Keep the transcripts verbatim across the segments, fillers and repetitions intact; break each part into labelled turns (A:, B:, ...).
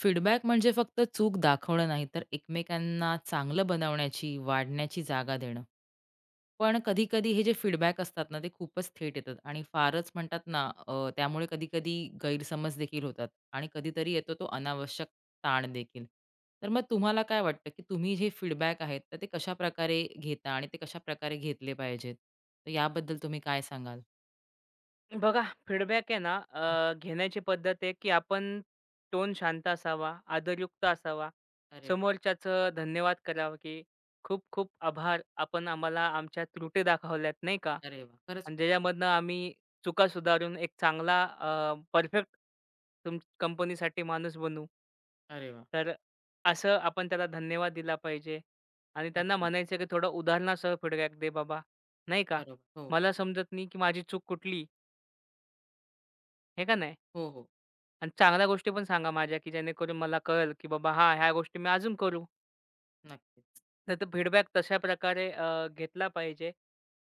A: Feedback म्हणजे फक्त चूक दाखवणं नाही, तर एकमेकांना चांगलं बनवण्याची, वाढण्याची जागा देणं. पण कधी-कधी हे जे फीडबॅक असतात ना, ते खूपच थेट येतात आणि फारच म्हणतात ना, अ, त्यामुळे कधी-कधी गैरसमज देखील होतात आणि कधीतरी येतो तो अनावश्यक ताण देखील. तर मग तुम्हाला काय वाटतं, की तुम्ही जे फीडबॅक आहेत, तर ते कशाप्रकारे घेता आणि ते कशाप्रकारे घेतले पाहिजेत? तर याबद्दल तुम्ही काय सांगाल?
B: बघा, फीडबॅक आहे ना अ, घेण्याची पद्धत आहे, की आपण टोन शांत असावा, आदरयुक्त असावा.
A: अरे वाह!
B: समोरच्याचं धन्यवाद करावं, की खूप-खूप आभार. आपण आम्हाला आमच्या त्रुटी दाखवल्यात, नाही का?
A: अरे वाह! खरंच
B: आणि
A: खूप छान.
B: ज्याच्यामधनं आम्ही चुका सुधारून एक चांगला परफेक्ट तुम कंपनीसाठी माणूस बनू.
A: अरे वाह!
B: तर असं आपण त्याला धन्यवाद दिला पाहिजे आणि त्यांना
A: नक्कीच.
B: म्हणायचं, की थोडं उदाहरणासह फीडबॅक दे बाबा, नाही का?
A: बरोबर. हो.
B: मला समजत नाही, की माझी चूक कुठली, हे का नाही?
A: हो, हो.
B: आणि चांगल्या गोष्टी पण सांगा माझ्या, की जेणेकरून मला कळेल, की बाबा हां, ह्या गोष्टी मी अजून करू.
A: नक्कीच.
B: नाहीतर फीडबॅक तशा प्रकारे अ, घेतला पाहिजे.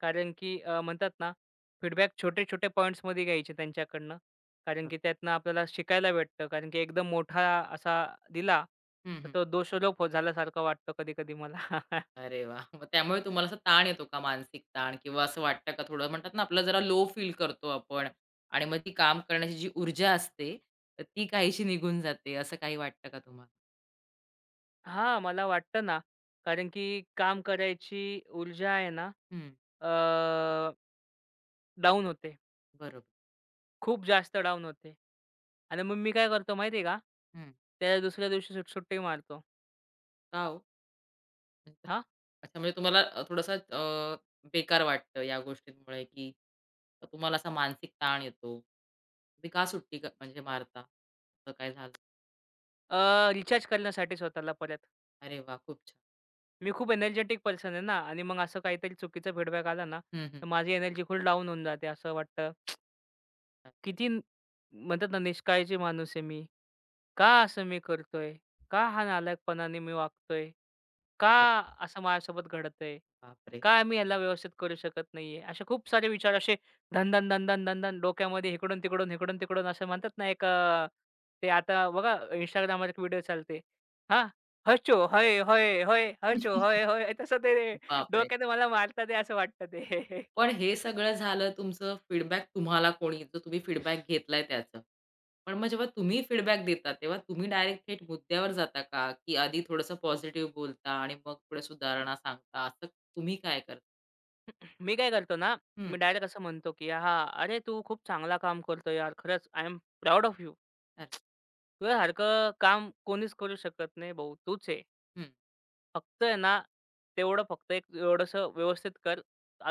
B: कारण की अ, म्हणतात ना, फीडबॅक छोटे-छोटे पॉइंट्समध्ये घ्यायचे त्यांच्याकडनं. कारण की त्यातनं आपल्याला शिकायला भेटतं. कारण की एकदम मोठा असा दिला,
A: हं,
B: तर
A: हं.
B: तो दोषारोप हो झाल्यासारखं वाटतं कधी-कधी मला.
A: अरे वा, मग त्यामुळे तुम्हाला असा ताण येतो का मानसिक ताण किंवा असं वाटतं का थोडं म्हणतात ना आपलं जरा लो फील करतो आपण आणि मग ती काम करण्याची जी ऊर्जा असते, तर ती काहीशी निघून जाते असं काही वाटतं का तुम्हाला?
B: हां, मला वाटतं ना, कारण की काम करायची ऊर्जा आहे ना,
A: हं,
B: अ, होते.
A: बरोबर.
B: खूप जास्त डाउन होते. आणि मग मी काय करतो माहिती आहे का?
A: हं.
B: त्या दुसऱ्या दिवशी सुट सुट्टी मारतो.
A: का हो?
B: हां,
A: अच्छा म्हणजे तुम्हाला अ, थोडंसं अ, बेकार वाटतं या गोष्टींमुळे की तुम्हाला असा मानसिक ताण येतो. तुम्ही का सुट्टी क म्हणजे मारता? असं काय झालं?
B: अ, रिचार्ज करण्यासाठी स्वतःला परत.
A: अरे वाह! खूप छान.
B: मी खूप एनर्जेटिक पर्सन आहे ना आणि मग असं काहीतरी चुकीचा फीडबॅक आला ना,
A: हं, हं.
B: तर माझी एनर्जी फुल डाउन होऊन जाते. असं वाटतं किती न- म्हणतात ना निष्काळजी माणूस आहे मी. का असं मी करतोय? का हा नालायकपणाने मी वागतोय? का असं माझ्यासोबत घडतंय?
A: बापरे!
B: का मी ह्याला व्यवस्थित करू शकत नाहीये? असे खूप सारे विचार असे धन-धन, धन-धन, धन-धन डोक्यामध्ये इकडून-तिकडून, इकडून-तिकडून असं म्हणतात ना एक अ, ते आता बघा Instagramवर एक व्हिडिओ चालते. हां, "हचो हय, हय, हय, हचो हय, हय." तसं ते
A: बापरे!
B: डोक्यात मला मारतात आहे असं वाटतं ते.
A: पण हे सगळं झालं तुमचं फीडबॅक तुम्हाला कोणी जो तुम्ही फीडबॅक घेतलाय त्याचं. पण मग जेव्हा तुम्ही फीडबॅक देता, तेव्हा तुम्ही डायरेक्ट थेट मुद्द्यावर जाता का? की आधी थोडंसं पॉझिटिव्ह बोलता आणि मग पुढे सुधारणा सांगता, असं तुम्ही काय करता?
B: मी काय करतो ना,
A: हं,
B: मी डायरेक्ट असं म्हणतो की "हां, अरे तू खूप चांगला काम करतो यार. खरंच I am proud of you.
A: अरे,
B: तुझ्यासारखं काम कोणीच करू शकत नाही भाऊ. तूच आहे."
A: हं,
B: फक्त आहे ना, तेवढं फक्त एक एवढंसं व्यवस्थित कर.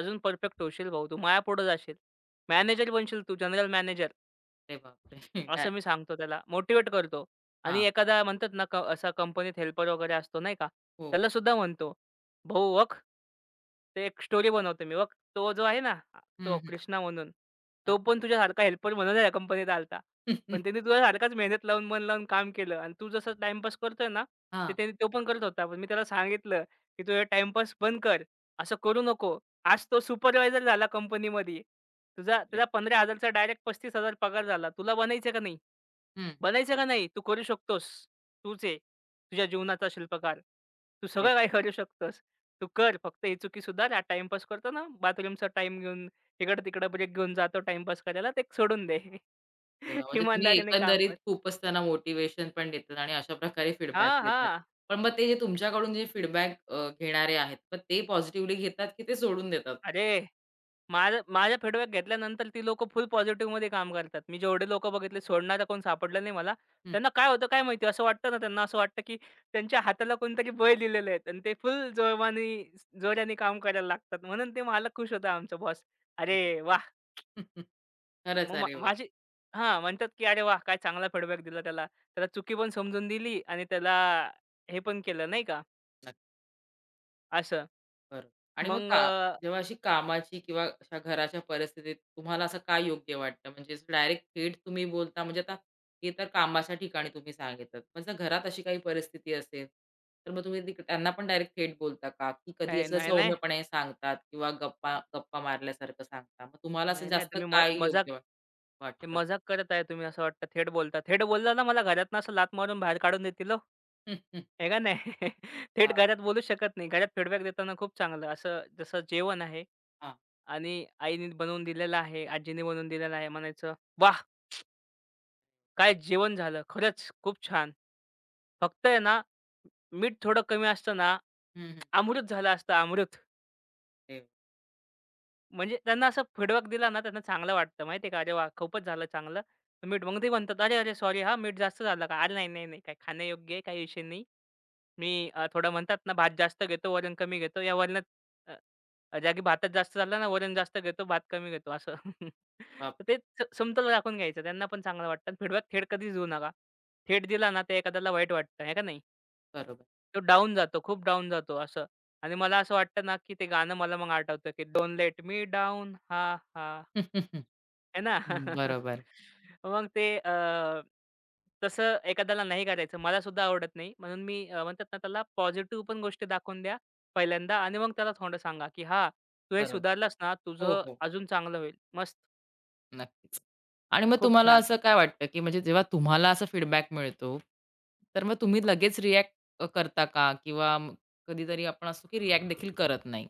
B: अजून परफेक्ट होशील भाऊ. तू माझ्यापुढे जाशील. मॅनेजर बनशील तू, जनरल मॅनेजर.
A: अरे बापरे! डाय
B: असं मी सांगतो त्याला, मोटिव्हेट करतो आणि
A: हां,
B: एखादा म्हणतात ना, क असा कंपनीत हेल्पर वगैरे असतो नाही का,
A: हो.
B: त्याला सुद्धा म्हणतो, "भाऊ वख, ते एक स्टोरी बनवतो मी वख, तो जो आहे ना, आ-
A: हं,
B: तो
A: हं.
B: कृष्णा म्हणून, तो
A: अच्छा.
B: पण तुझ्यासारखा हेल्पर म्हणून या कंपनीत आला होता. पण त्याने तुझ्यासारखाच मेहनत लावून, मन लावून काम केलं आणि तू जसं टाईमपास करतोय ना, ते
A: हां,
B: त्याने तो पण करत होता. पण मी त्याला सांगितलं, की तुझा टाईमपास बंद कर, असं करू नको. आज तो सुपरवायझर झाला कंपनीमध्ये." तुझा
A: बापरे!
B: तुझा 15,000चा डायरेक्ट पस्तीस हजार पगार झाला. तुला बनायचं का नाही?
A: हं.
B: बनायचं का नाही? तू करू शकतोस. तूच आहे तुझ्या जीवनाचा शिल्पकार. तू सगळं काही करू शकतोस. तू कर. फक्त ही चुकी सुधार. हा टाईमपास करतो ना, बाथरूमचा टाईम घेऊन इकडं-तिकडं ब्रेक घेऊन जातो टाईमपास करायला, ते सोडून दे.
A: अरे वाह! म्हणजे तुम्ही
B: इमानदारीने काम
A: एकंदरीत
B: कर.
A: खूपच त्यांना मोटिव्हेशन पण देतात आणि अशा प्रकारे फीडबॅक
B: हां,
A: देतात.
B: हां.
A: पण मग ते जे तुमच्याकडून जे फीडबॅक घेणारे आहेत, मग ते पॉझिटिव्हली घेतात की ते सोडून देतात?
B: अरे माझं माझा फीडबॅक घेतल्यानंतर ती लोकं फुल पॉझिटिव्हमध्ये काम करतात. मी जेवढे लोकं बघितले सोडणारा कोण सापडला नाही मला.
A: हं.
B: त्यांना काय होतं काय माहिती? असं वाटतं ना त्यांना असं वाटतं, की त्यांच्या हाताला कोणतरी बळ दिलेलं आहे आणि ते फुल जोमाने, जोराने काम करायला लागतात. म्हणून ते मालक खुश होता आमचा बॉस. "अरे वाह!"
A: खरंच.
B: मग मा
A: अरे वाह!
B: माझी हां, म्हणतात, की "अरे वाह! काय चांगला फीडबॅक दिला त्याला. त्याला चुकी पण समजून दिली आणि त्याला हे पण केलं." नाही का असं.
A: बरोबर. आणि मग
B: मग अ,
A: का जेव्हा अशी कामाची किंवा अशा घराच्या परिस्थितीत तुम्हाला असं काय योग्य वाटतं? म्हणजे असं डायरेक्ट थेट तुम्ही बोलता म्हणजे आता हे तर कामाच्या ठिकाणी तुम्ही सांगितलत. पण जर घरात अशी काही परिस्थिती असेल, तर मग तुम्ही तिक त्यांना पण डायरेक्ट थेट बोलता का? की कधी
B: "नाही,
A: असं
B: नाही.
A: सौम्यपणे सांगतात किंवा गप्पा गप्पा मारल्यासारखं सांगता? मग तुम्हाला असं
B: नाही, नाही.
A: जास्त
B: तुम्ही म
A: काय
B: मजाक
A: योग्य वाट
B: ते
A: वाटतं?
B: मजाक करत आहे तुम्ही असं वाटतं थेट बोलता. थेट बोलला ना मला घरातनं असं लाथ मारून बाहेर काढून देतील हो.
A: हम्म, हम्म.
B: आहे का नाही? थेट
A: बाप
B: घरात बोलू शकत नाही. घरात फीडबॅक देताना खूप चांगलं असं जसं जेवण आहे
A: हां.
B: आणि आईने बनवून दिलेलं आहे, आजीने बनवून दिलेलं आहे. म्हणायचं, "वाह! काय जेवण झालं. खरंच खूप छान." फक्त आहे ना मीठ थोडं कमी असतं ना,
A: हं, हं.
B: अमृत झालं असतं अमृत.
A: अरे
B: म्हणजे त्यांना असं फीडबॅक दिला ना त्यांना चांगलं वाटतं माहिती का? अरे वाह! खूपच झालं चांगलं. मीठ मग ते म्हणतात, "अरे, अरे, सॉरी हां, मीठ जास्त झालं का?" "अरे, नाही, नाही, नाही, काय खाण्यायोग्य आहे, काही विषय नाही. मी अ, थोडं म्हणतात ना भात जास्त घेतो, वरण कमी घेतो. या वरणात अ, जागी भातात जास्त झालं ना, वरण जास्त घेतो, भात कमी घेतो." असं. तर
A: बापरे!
B: ते स समतोल राखून घ्यायचं. त्यांना पण चांगलं वाटतं फीडबॅक थेट कधीच देऊ नका. थेट दिला ना, ते एखाद्याला वाईट वाटतं, आहे का नाही?
A: बरोबर.
B: तो डाउन जातो, खूप डाउन जातो असं. आणि मला असं वाटतं ना, की ते गाणं मला मग आठवतं, की डोंट लेट मी डाउन हां, हां.
A: हम्म, हम्म,
B: है ना?
A: हम्म. बरोबर,
B: मग ते अ, तसं एखाद्याला नाही करायचं. मला सुद्धा आवडत नाही. म्हणून मी अ, म्हणतात ना, त्याला पॉझिटिव्ह पण गोष्टी दाखवून द्या पहिल्यांदा आणि मग त्याला थोडं सांगा, की "हां, तू हे
A: बरोबर.
B: सुधारलास ना,
A: हो,
B: तुझं
A: हो.
B: अजून चांगलं होईल. मस्त,
A: नक्कीच. आणि मग
B: खूप
A: तुम्हाला
B: छान."
A: असं काय वाटतं, की म्हणजे जेव्हा तुम्हाला असा फीडबॅक मिळतो, तर मग तुम्ही लगेच रिएक्ट अ, करता का? किंवा म- कधीतरी आपण असतो, की रिएक्ट देखील करत नाही.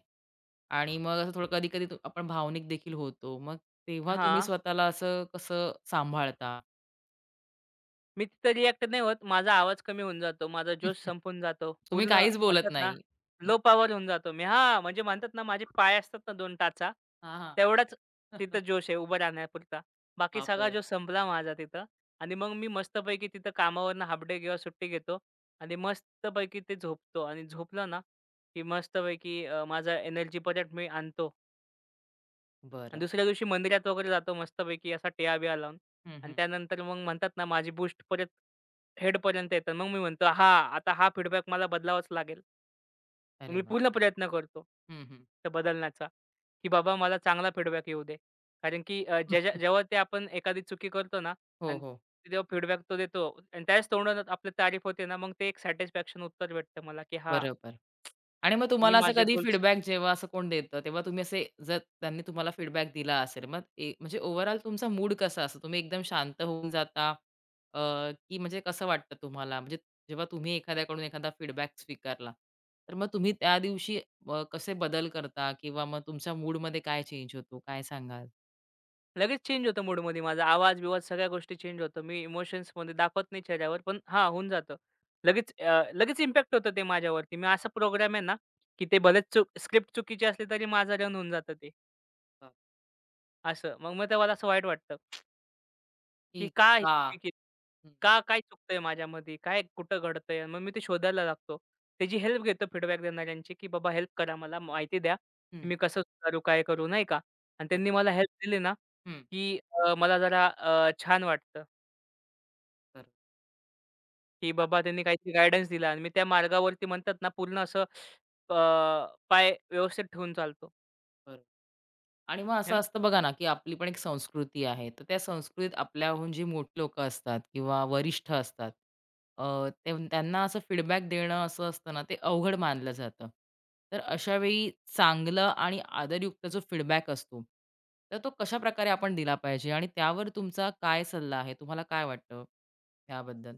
A: आणि मग असं थोडं कधी-कधी आपण भावनिक देखील होतो. मग तेव्हा तुम्ही
B: हां.
A: स्वतःला असं कसं सांभाळता?
B: मी तिथं रिएक्ट नाही होत. माझा आवाज कमी होऊन जातो. माझा जोश संपून जातो.
A: तुम्ही
B: पूर्ण
A: काहीच बोलत
B: म्हणतात ना,
A: नाही. न
B: लो पॉवर होऊन जातो मी. हां, म्हणजे म्हणतात ना, माझे पाय असतात ना दोन टाचा,
A: हां,
B: तेवढाच
A: हां.
B: तिथं जोश आहे उभं राहण्यापुरता. बाकी सगळा
A: बापरे!
B: जोश संपला माझा तिथं आणि मग मी मस्तपैकी तिथं कामावरनं हाल्फ किंवा सुट्टी घेतो आणि मस्तपैकी ते झोपतो आणि झोपलं ना, की मस्तपैकी अ, माझा एनर्जी परत मी आणतो. आणि
A: बरं.
B: दुसऱ्या दिवशी मंदिरात वगैरे जातो मस्तपैकी असा टिया-बिया लावून
A: हं,
B: आणि
A: हं.
B: त्यानंतर मग म्हणतात ना, माझी बूस्ट परत हेडपर्यंत येतं. मग मी म्हणतो, "हां, आता हा फीडबॅक मला बदलावाच लागेल." मग
A: अरे
B: मी
A: वाह!
B: पूर्ण प्रयत्न करतो
A: हं, हं.
B: ते बदलण्याचा, की बाबा मला चांगला फीडबॅक येऊ दे. कारण की अ, ज्याच्या जेव्हा ते आपण एखादी चुकी करतो ना
A: हो,
B: आणि
A: हो.
B: ते जेव्हा फीडबॅक तो देतो आणि त्याच तोंडात आपली तारीफ होते ना, मग ते एक सॅटिस्फॅक्शन उत्तर भेटतं मला, की हां,
A: बरोबर. आणि मग
B: मी
A: तुम्हाला असं
B: माझे
A: कधी
B: गोल्स
A: फीडबॅक जेव्हा असं कोण देतं, तेव्हा तुम्ही असे जर त्यांनी तुम्हाला फीडबॅक दिला असेल, मग ए म्हणजे ओव्हरऑल तुमचा मूड कसा असतो? तुम्ही एकदम शांत होऊन जाता, अ, की म्हणजे कसं वाटतं तुम्हाला? म्हणजे जेव्हा तुम्ही एखाद्याकडून एखादा फीडबॅक स्वीकारला, तर मग तुम्ही त्या दिवशी अ, कसे बदल करता किंवा मग तुमच्या मूडमध्ये काय चेंज होतो? काय सांगाल?
B: लगेच चेंज होतो मूडमध्ये माझा. आवाज-बिवाज सगळ्या गोष्टी चेंज होतं. मी इमोशन्समध्ये दाखवत नाही चेहऱ्यावर, पण हां, होऊन जातं. लगेच अ, लगेच इम्पॅक्ट होतं ते माझ्यावरती. मी असा प्रोग्राम आहे ना, की ते भलेच चूक स्क्रिप्ट चुकीची असली तरी माझं रन होऊन जातं ते,
A: हां.
B: असं. मग मग तेव्हा असं वाईट वाटतं. की का ही
A: का?
B: चुकी केली?
A: हं,
B: का काय चुकतंय माझ्यामध्ये? काय कुठं घडतंय? मग मी ते शोधायला लागतो. त्याची हेल्प घेतो फीडबॅक देणाऱ्यांची, की "बाबा हेल्प करा मला, माहिती द्या, की
A: हं.
B: मी कसं सुधारू, काय करू?" नाही का? आणि त्यांनी
A: बरोबर.
B: मला हेल्प दिली ना,
A: हं,
B: की अ, मला जरा अ, छान वाटतं,
A: बरोबर.
B: की
A: आ
B: बाबा त्यांनी काहीतरी गाईडन्स दिला आणि मी त्या मार्गावरती म्हणतात ना पूर्ण असं अ, पाय व्यवस्थित ठेवून चालतो.
A: बरोबर. आणि मग
B: है
A: असं असतं बघा ना, की आपली पण एक संस्कृती आहे. तर त्या संस्कृतीत आपल्याहून जी मोठी लोकं असतात किंवा वरिष्ठ असतात, अ, तेव्हा त्यांना असं फीडबॅक देणं असं असतं ना, ते अवघड मानलं जातं. तर अशा वेळी चांगलं आणि आदरयुक्त जो फीडबॅक असतो, तर तो कशाप्रकारे आपण दिला पाहिजे आणि त्यावर तुमचा काय सल्ला आहे? तुम्हाला काय वाटतं त्याबद्दल?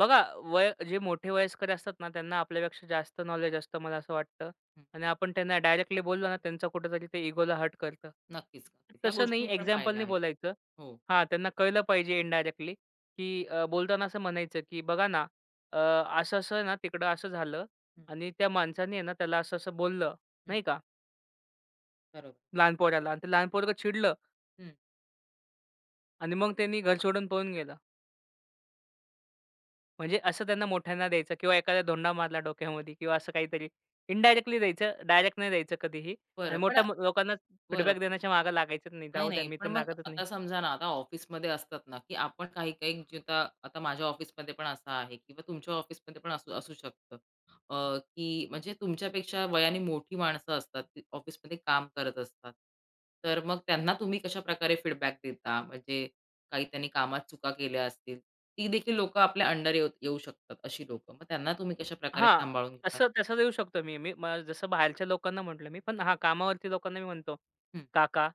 B: बघा, वय जे मोठे वयस्कर असतात ना, त्यांना आपल्यापेक्षा जास्त नॉलेज असतं मला असं वाटतं
A: हं.
B: आणि आपण त्यांना डायरेक्टली बोललो ना, त्यांचं कुठेतरी ते इगोला हर्ट करतं.
A: नक्कीच, नक्कीच. ह्या
B: तसं
A: गोष्टी
B: नाही
A: मी पण पाहिल्या
B: एक्झाम्पलनी
A: आहेत.
B: बोलायचं.
A: हो.
B: हां, त्यांना कळलं पाहिजे इनडायरेक्टली, की अ, बोलताना असं म्हणायचं, की "बघा ना, अ, असं-असं ना, तिकडं असं झालं
A: हं,
B: आणि त्या माणसाने आहे ना, त्याला असं-असं बोललं."
A: हं.
B: नाही का,
A: बरोबर.
B: लहान पोराला आणि ते लहान पोरगं चिडलं
A: हं.
B: आणि मग त्यांनी घर सोडून पळून गेलं. म्हणजे असं त्यांना मोठ्यांना द्यायचं किंवा एखादा धोंडा मारला डोक्यामध्ये किंवा असं काहीतरी इनडायरेक्टली द्यायचं. डायरेक्ट नाही द्यायचं कधीही
A: बरं,
B: आणि
A: पण
B: मोठ्या मो- लोकांना
A: बरं.
B: फीडबॅक देण्याच्या मागे लागायचंच नाही.
A: नाही,
B: जाऊ द्या,
A: नाही.
B: मी
A: पण
B: तर
A: मग
B: लागतच नाही.
A: आता समजा ना, आता ऑफिसमध्ये असतात ना, की आपण काही-काही जे आता आता माझ्या ऑफिसमध्ये पण असं आहे किंवा तुमच्या ऑफिसमध्ये पण असू असू शकतं. अ, की म्हणजे तुमच्यापेक्षा वयाने मोठी माणसं असतात, ती ऑफिसमध्ये काम करत असतात. तर मग त्यांना तुम्ही कशाप्रकारे फीडबॅक देता? म्हणजे काही त्यांनी कामात चुका केल्या असतील, ती देखील लोकं आपल्या अंडर येऊ येऊ शकतात, अशी लोकं. मग त्यांना तुम्ही कशाप्रकारे
B: हां.
A: सांभाळून घेतात?
B: तसं तसं देऊ शकतो मी. मी म जसं बाहेरच्या लोकांना म्हटलं मी, पण हां, कामावरती लोकांना मी म्हणतो,
A: हं,
B: "काका,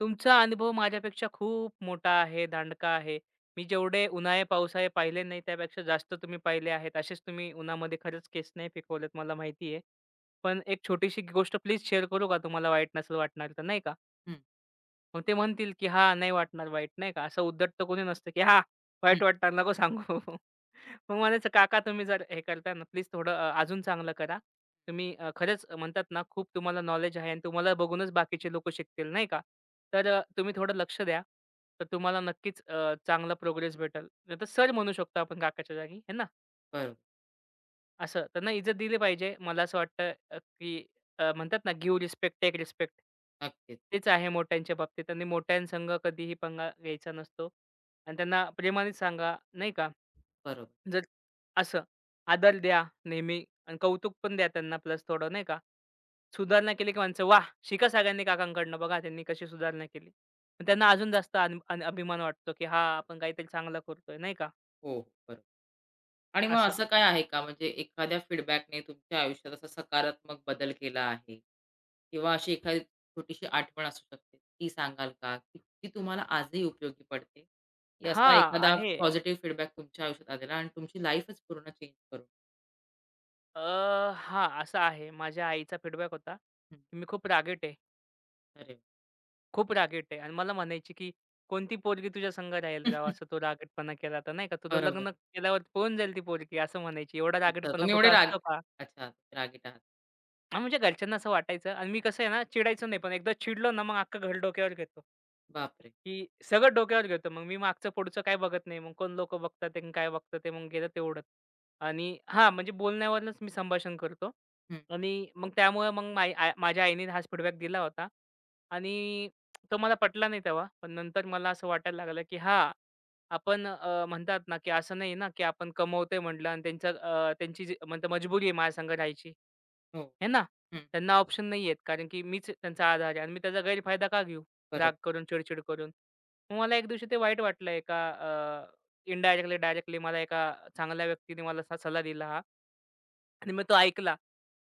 B: तुमचा अनुभव माझ्यापेक्षा खूप मोठा आहे, दांडका आहे. मी जेवढे उन्हाळे-पावसाळे पाहिले नाही, त्यापेक्षा जास्त तुम्ही पाहिले आहेत. असेच तुम्ही उन्हामध्ये खरंच केस नाही पिकवलेत, मला माहिती आहे. पण एक छोटीशी गोष्ट प्लीज शेअर करू का? तुम्हाला वाईट नसेल वाटणार तर, नाही का?"
A: हं,
B: मग ते म्हणतील, की "हां, नाही वाटणार वाईट." नाही का? असं उद्धट तर कोणी नसतं, की हा
A: हं.
B: वाईट वाटणार नको सांगू." मग म्हणायचं, "काका तुम्ही जर हे करताय ना, प्लीज थोडं अ, अजून चांगलं करा. तुम्ही अ, खरंच म्हणतात ना, खूप तुम्हाला नॉलेज आहे आणि तुम्हाला बघूनच बाकीचे लोकं शिकतील." नाही का? तर अ, तुम्ही थोडं लक्ष द्या. तर तुम्हाला नक्कीच अ, चांगला प्रोग्रेस भेटेल. नाहीतर सर म्हणू शकतो आपण काकाच्या जागी, है ना?
A: बरोबर.
B: असं. त्यांना इज्जत दिली पाहिजे. मला असं वाटतं अ, की अ, म्हणतात ना गिव्ह रिस्पेक्ट, टेक रिस्पेक्ट.
A: नक्कीच.
B: तेच आहे मोठ्यांच्या बाबतीत. त्यांनी मोठ्यांसंग कधीही पंगा घ्यायचा नसतो आणि त्यांना प्रेमानेच सांगा, नाही का.
A: बरोबर.
B: जर असं आदर द्या नेहमी आणि कौतुक पण द्या त्यांना प्लस थोडं, नाही का. सुधारणा केली की माणसं, "वाह! शिका सगळ्यांनी काकांकडनं. बघा त्यांनी कशी सुधारणा केली." मग त्यांना अजून
A: नक्कीच.
B: जास्त अन अन- अभिमान वाटतो, की हां, आपण काहीतरी चांगलं करतोय, नाही का,
A: हो, हो, बरोबर. आणि मग
B: असं.
A: असं काय आहे का म्हणजे एखाद्या फीडबॅकने तुमच्या आयुष्यात असा सकारात्मक बदल केला आहे? किंवा अशी एखादी छोटीशी आठवण असू शकते. ती सांगाल का? की ती तुम्हाला आजही उपयोगी पडते? की असा
B: हां,
A: एखादा
B: आहे.
A: पॉझिटिव्ह फीडबॅक तुमच्या आयुष्यात आलेला आणि तुमची लाईफच पूर्ण चेंज करून
B: अ, हां, असं आहे. माझ्या आईचा फीडबॅक होता,
A: हं,
B: की मी खूप रागीट आहे,
A: अरे वाह!
B: खूप रागीट आहे आणि मला म्हणायची, की "कोणती पोरगी तुझ्या संग राहील राव, असं तू रागीटपणा केला तर नाही का? तुझं
A: बरोबर.
B: लग्न केल्यावर पळून जाईल ती पोरगी." असं म्हणायची. एवढा
A: अच्छा
B: रागीटपणा
A: तुम्ही एवढे
B: कुठं
A: राग
B: असतो का?
A: अच्छा रागीट आहात.
B: हां, म्हणजे घरच्यांना असं वाटायचं आणि मी कसं आहे ना, चिडायचो नाही. पण एकदा चिडलो ना, मग अख्खं घर डोक्यावर घेतो.
A: बापरे!
B: की सगळं डोक्यावर घेतो. मग मी मागचं-पुढचं काय बघत नाही. मग कोण लोकं बघतात आहे आणि काय बघतात आहे, मग गेलं तेवढंच. आणि हां, म्हणजे बोलण्यावरूनच मी संभाषण करतो.
A: हं,
B: आणि मग त्यामुळे मग माई आ माझ्या आईने हाच फीडबॅक दिला होता. आणि तो मला पटला नाही तेव्हा. पण नंतर मला असं वाटायला लागलं, की हां, आपण अ, म्हणतात ना, की असं नाही ना, की आपण कमवतोय म्हटलं आणि त्यांचं अ, त्यांची जी म्हणतात मजबुरी आहे माझ्यासंग राहायची.
A: हो.
B: हे ना?
A: हं,
B: त्यांना ऑप्शन नाही आहेत. कारण की मीच त्यांचा आधार आहे आणि मी त्याचा गैरफायदा का घेऊ? राग
A: बरोबर.
B: करून, चिडचिड करून. मग मला एक दिवशी ते वाईट वाटलं एका अ, इनडायरेक्टली, डायरेक्टली मला एका चांगल्या व्यक्तीने मला असा सल्ला दिला हा, आणि मग तो ऐकला,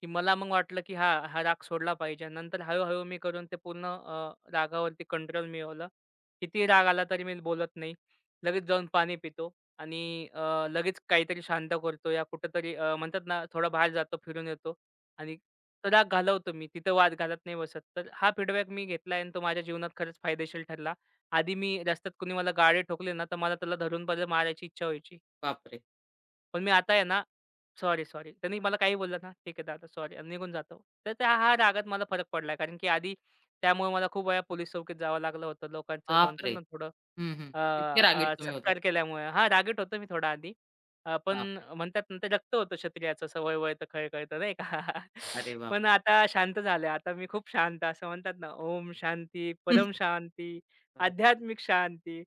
B: की मला मग वाटलं, की हां, हा राग सोडला पाहिजे. नंतर हळू-हळू मी करून ते पूर्ण अ, रागावरती कंट्रोल मिळवलं. किती राग आला तरी मी बोलत नाही. लगेच जाऊन पाणी पितो आणि अ, लगेच काहीतरी शांत करतो या कुठेतरी अ, म्हणतात ना, थोडा बाहेर जातो, फिरून येतो आणि तो राग घालवतो मी. तिथं वाद घालत नाही बसत. तर हा फीडबॅक मी घेतलाय आणि तो माझ्या जीवनात खरंच फायदेशीर ठरला. आधी मी रस्त्यात कुणी मला गाडी ठोकली ना, तर मला त्याला धरून परत मारायची इच्छा व्हायची.
A: बापरे!
B: पण मी आता आहे ना, सॉरी, सॉरी. त्यांनी मला काही बोललं ना, "ठीक आहे दादा, सॉरी" आणि निघून जातो. तर त्या हा रागात मला फरक पडलाय. कारण की आधी त्यामुळे मला खूप वेळा पोलीस चौकीत जावं लागलं होतं. लोकांचं म्हणतात
A: बापरे!
B: ना थोडं
A: हं, हं.
B: अ,
A: इतके रागीट
B: अ,
A: तुम्ही होतात.
B: सत्कार केल्यामुळे हां, रागीट होतो मी थोडा आधी. अ, पण
A: बापरे!
B: म्हणतात ना ते रक्त होतं क्षत्रियाचं सवय वय तर खळ कळतं नाही का?
A: अरे बाप!
B: पण आता शांत झालंय. आता मी खूप शांत असं म्हणतात ना, ओम शांती, परम शांती, आध्यात्मिक शांती,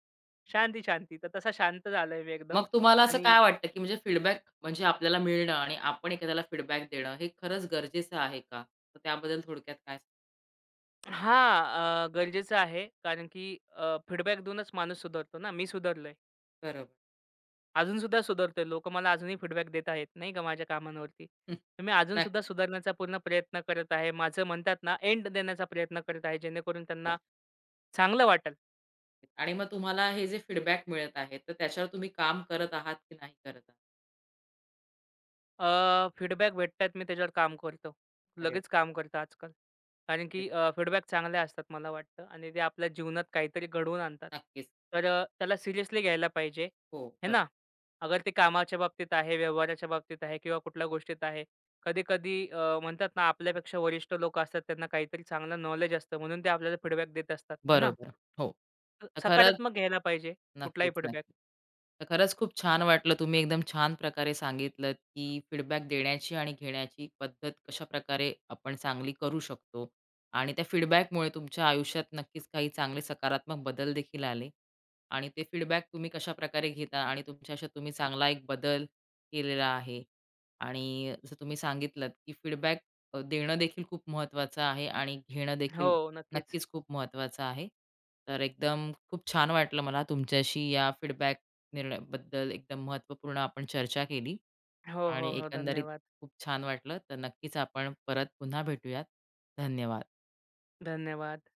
B: शांती, शांती. तर तसा शांत झालोय मी एकदम
A: मग तुम्हाला असं
B: आणि
A: काय वाटतं, की म्हणजे फीडबॅक म्हणजे आपल्याला मिळणं आणि आपण एखाद्याला फीडबॅक देणं हे खरंच गरजेचं आहे का? तर त्याबद्दल थोडक्यात काय सांगाल?
B: हां, अ, गरजेचं आहे. कारण की अ, फीडबॅक देऊनच माणूस सुधारतो ना. मी सुधारलोय.
A: बरोबर.
B: अजूनसुद्धा सुधारतोय. लोकं मला अजूनही फीडबॅक देत आहेत, नाही का, माझ्या कामांवरती.
A: हं.
B: तर मी अजूनसुद्धा
A: नक्कीच.
B: सुधारण्याचा पूर्ण प्रयत्न करत आहे. माझं म्हणतात ना, एंड देण्याचा प्रयत्न करत आहे, जेणेकरून त्यांना चांगलं वाटेल.
A: आणि मग तुम्हाला हे जे फीडबॅक मिळत आहे, तर त्याच्यावर तुम्ही काम करत आहात की नाही करत आहात?
B: अ, फीडबॅक भेटतायत मी त्याच्यावर काम करतो.
A: अरे
B: लगेच
A: वाह!
B: काम करतो आजकाल. कारण की अ, फीडबॅक चांगले असतात मला वाटतं आणि ते आपल्या जीवनात काहीतरी घडवून आणतात.
A: नक्कीच.
B: तर अ, त्याला सिरियसली घ्यायला पाहिजे,
A: हो,
B: है
A: बरोबर.
B: ना? अगर ते कामाच्या बाबतीत आहे, व्यवहाराच्या बाबतीत आहे किंवा कुठल्या गोष्टीत आहे. कधी-कधी अ, म्हणतात ना आपल्यापेक्षा वरिष्ठ लोकं असतात त्यांना काहीतरी चांगलं नॉलेज असतं म्हणून ते आपल्याला फीडबॅक देत असतात, है ना?
A: बरोबर. हो.
B: तर
A: खरंच
B: सकारात्मक घ्यायला पाहिजे कुठलाही
A: नक्कीच,
B: फीडबॅक.
A: नक्कीच. तर खरंच खूप छान वाटलं. तुम्ही एकदम छान प्रकारे सांगितलत, की फीडबॅक देण्याची आणि घेण्याची पद्धत कशा प्रकारे आपण चांगली करू शकतो आणि त्या फीडबॅकमुळे तुमच्या आयुष्यात नक्कीच काही चांगले सकारात्मक बदल देखील आले आणि ते फीडबॅक तुम्ही कशाप्रकारे घेता आणि तुमच्या आयुष्यात तुम्ही चांगला एक बदल केलेला आहे आणि जसं तुम्ही सांगितलत, की फीडबॅक देणं देखील खूप महत्त्वाचं आहे आणि घेणं
B: हो,
A: देखील
B: नक्कीच.
A: नक्कीच खूप महत्त्वाचं आहे. तर एकदम खूप छान वाटलं मला तुमच्याशी या फीडबॅक निर्णयाबद्दल एकदम महत्त्वपूर्ण आपण चर्चा केली
B: हो, हो,
A: आणि
B: हो.
A: एकंदरीत
B: धन्यवाद.
A: खूप छान वाटलं. तर नक्कीच आपण परत पुन्हा भेटूयात. धन्यवाद.
B: धन्यवाद.